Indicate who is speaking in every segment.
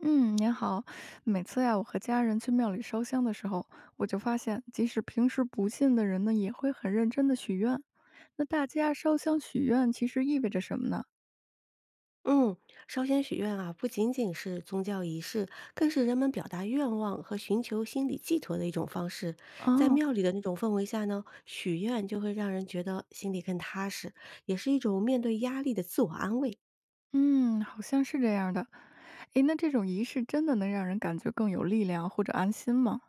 Speaker 1: 嗯，您好。每次呀，我和家人去庙里烧香的时候，我就发现，即使平时不信的人呢，也会很认真的许愿。那大家烧香许愿，其实意味着什么呢？
Speaker 2: 嗯，烧香许愿啊，不仅仅是宗教仪式，更是人们表达愿望和寻求心理寄托的一种方式。在
Speaker 1: 啊，
Speaker 2: 庙里的那种氛围下呢，许愿就会让人觉得心里更踏实，也是一种面对压力的自我安慰。
Speaker 1: 嗯，好像是这样的。诶，那这种仪式真的能让人感觉更有力量或者安心吗？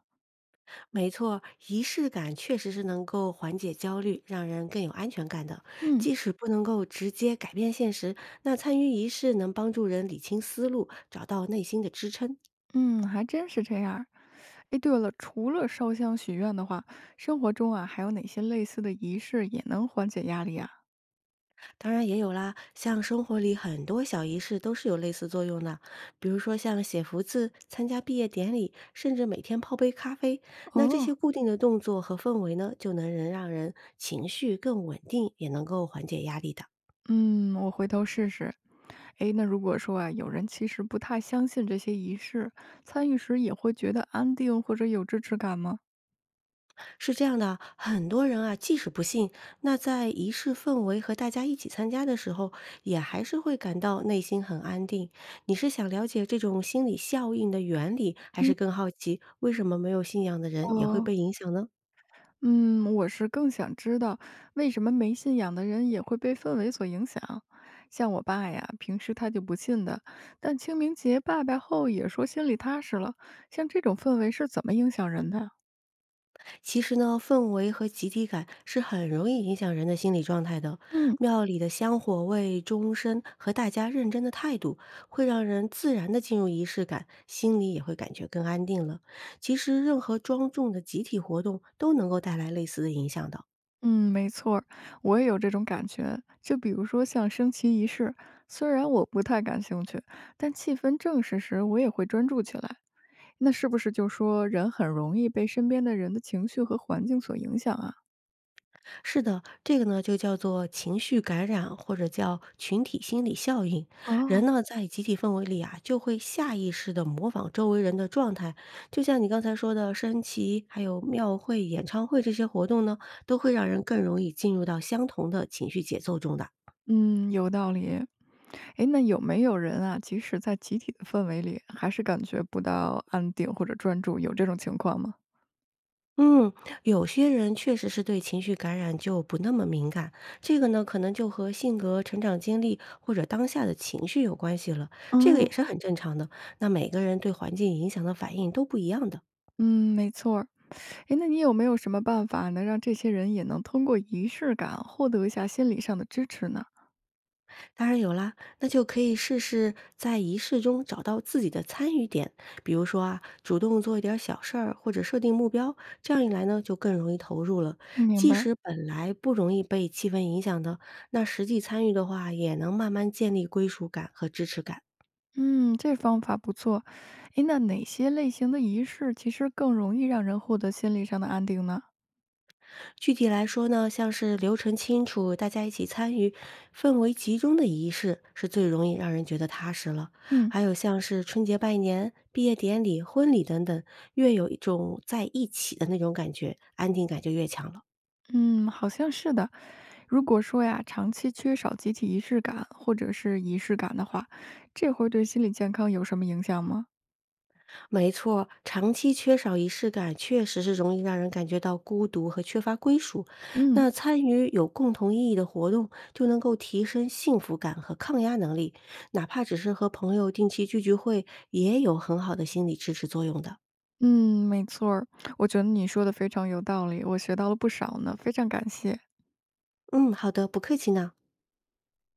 Speaker 2: 没错，仪式感确实是能够缓解焦虑，让人更有安全感的。
Speaker 1: 嗯
Speaker 2: 即使不能够直接改变现实，那参与仪式能帮助人理清思路，找到内心的支撑。
Speaker 1: 嗯，还真是这样。诶，对了，除了烧香许愿的话，生活中啊，还有哪些类似的仪式也能缓解压力啊？
Speaker 2: 当然也有啦，像生活里很多小仪式都是有类似作用的，比如说像写福字、参加毕业典礼，甚至每天泡杯咖啡。那这
Speaker 1: 哦，
Speaker 2: 些固定的动作和氛围呢，就能人让人情绪更稳定，也能够缓解压力的。
Speaker 1: 嗯，我回头试试。诶，那如果说啊，有人其实不太相信这些仪式，参与时也会觉得安定或者有支持感吗？
Speaker 2: 是这样的，很多人啊，即使不信，那在仪式氛围和大家一起参加的时候，也还是会感到内心很安定。你是想了解这种心理效应的原理，还是
Speaker 1: 嗯，
Speaker 2: 更好奇为什么没有信仰的人也会
Speaker 1: 哦，
Speaker 2: 被影响呢？
Speaker 1: 嗯，我是更想知道为什么没信仰的人也会被氛围所影响。像我爸呀，平时他就不信的，但清明节拜拜后也说心里踏实了。像这种氛围是怎么影响人的？
Speaker 2: 其实呢，氛围和集体感是很容易影响人的心理状态的。
Speaker 1: 嗯。
Speaker 2: 庙里的香火味、钟声和大家认真的态度，会让人自然的进入仪式感，心里也会感觉更安定了。其实，任何庄重的集体活动都能够带来类似的影响的。
Speaker 1: 嗯，没错儿，我也有这种感觉。就比如说像升旗仪式，虽然我不太感兴趣，但气氛正式时我也会专注起来。那是不是就说人很容易被身边的人的情绪和环境所影响啊？
Speaker 2: 是的，这个呢就叫做情绪感染，或者叫群体心理效应。
Speaker 1: 哦，
Speaker 2: 人呢在集体氛围里啊，就会下意识的模仿周围人的状态。就像你刚才说的，升旗、还有庙会、演唱会这些活动呢，都会让人更容易进入到相同的情绪节奏中的。
Speaker 1: 嗯，有道理。诶，那有没有人啊，即使在集体的氛围里，还是感觉不到安定或者专注，有这种情况吗？
Speaker 2: 嗯，有些人确实是对情绪感染就不那么敏感，这个呢，可能就和性格、成长经历或者当下的情绪有关系了，这个也
Speaker 1: 哦，
Speaker 2: 是很正常的。那每个人对环境影响的反应都不一样的。
Speaker 1: 嗯，没错儿。诶，那你有没有什么办法能让这些人也能通过仪式感获得一下心理上的支持呢？
Speaker 2: 当然有啦，那就可以试试在仪式中找到自己的参与点，比如说啊，主动做一点儿小事儿，或者设定目标，这样一来呢，就更容易投入了。
Speaker 1: 明
Speaker 2: 即使
Speaker 1: 白。
Speaker 2: 本来不容易被气氛影响的，那实际参与的话，也能慢慢建立归属感和支持感。
Speaker 1: 嗯，这方法不错。诶，那哪些类型的仪式其实更容易让人获得心理上的安定呢？
Speaker 2: 具体来说呢，像是流程清楚、大家一起参与、氛围集中的仪式，是最容易让人觉得踏实了。
Speaker 1: 嗯，
Speaker 2: 还有像是春节拜年、毕业典礼、婚礼等等，越有一种在一起的那种感觉，安定感就越强了。
Speaker 1: 嗯，好像是的。如果说呀，长期缺少集体仪式感或者是仪式感的话，这会对心理健康有什么影响吗？
Speaker 2: 没错，长期缺少仪式感，确实是容易让人感觉到孤独和缺乏归属。
Speaker 1: 嗯，
Speaker 2: 那参与有共同意义的活动，就能够提升幸福感和抗压能力，哪怕只是和朋友定期聚聚会，也有很好的心理支持作用的。
Speaker 1: 嗯，没错儿，我觉得你说的非常有道理，我学到了不少呢，非常感谢。
Speaker 2: 嗯，好的，不客气呢。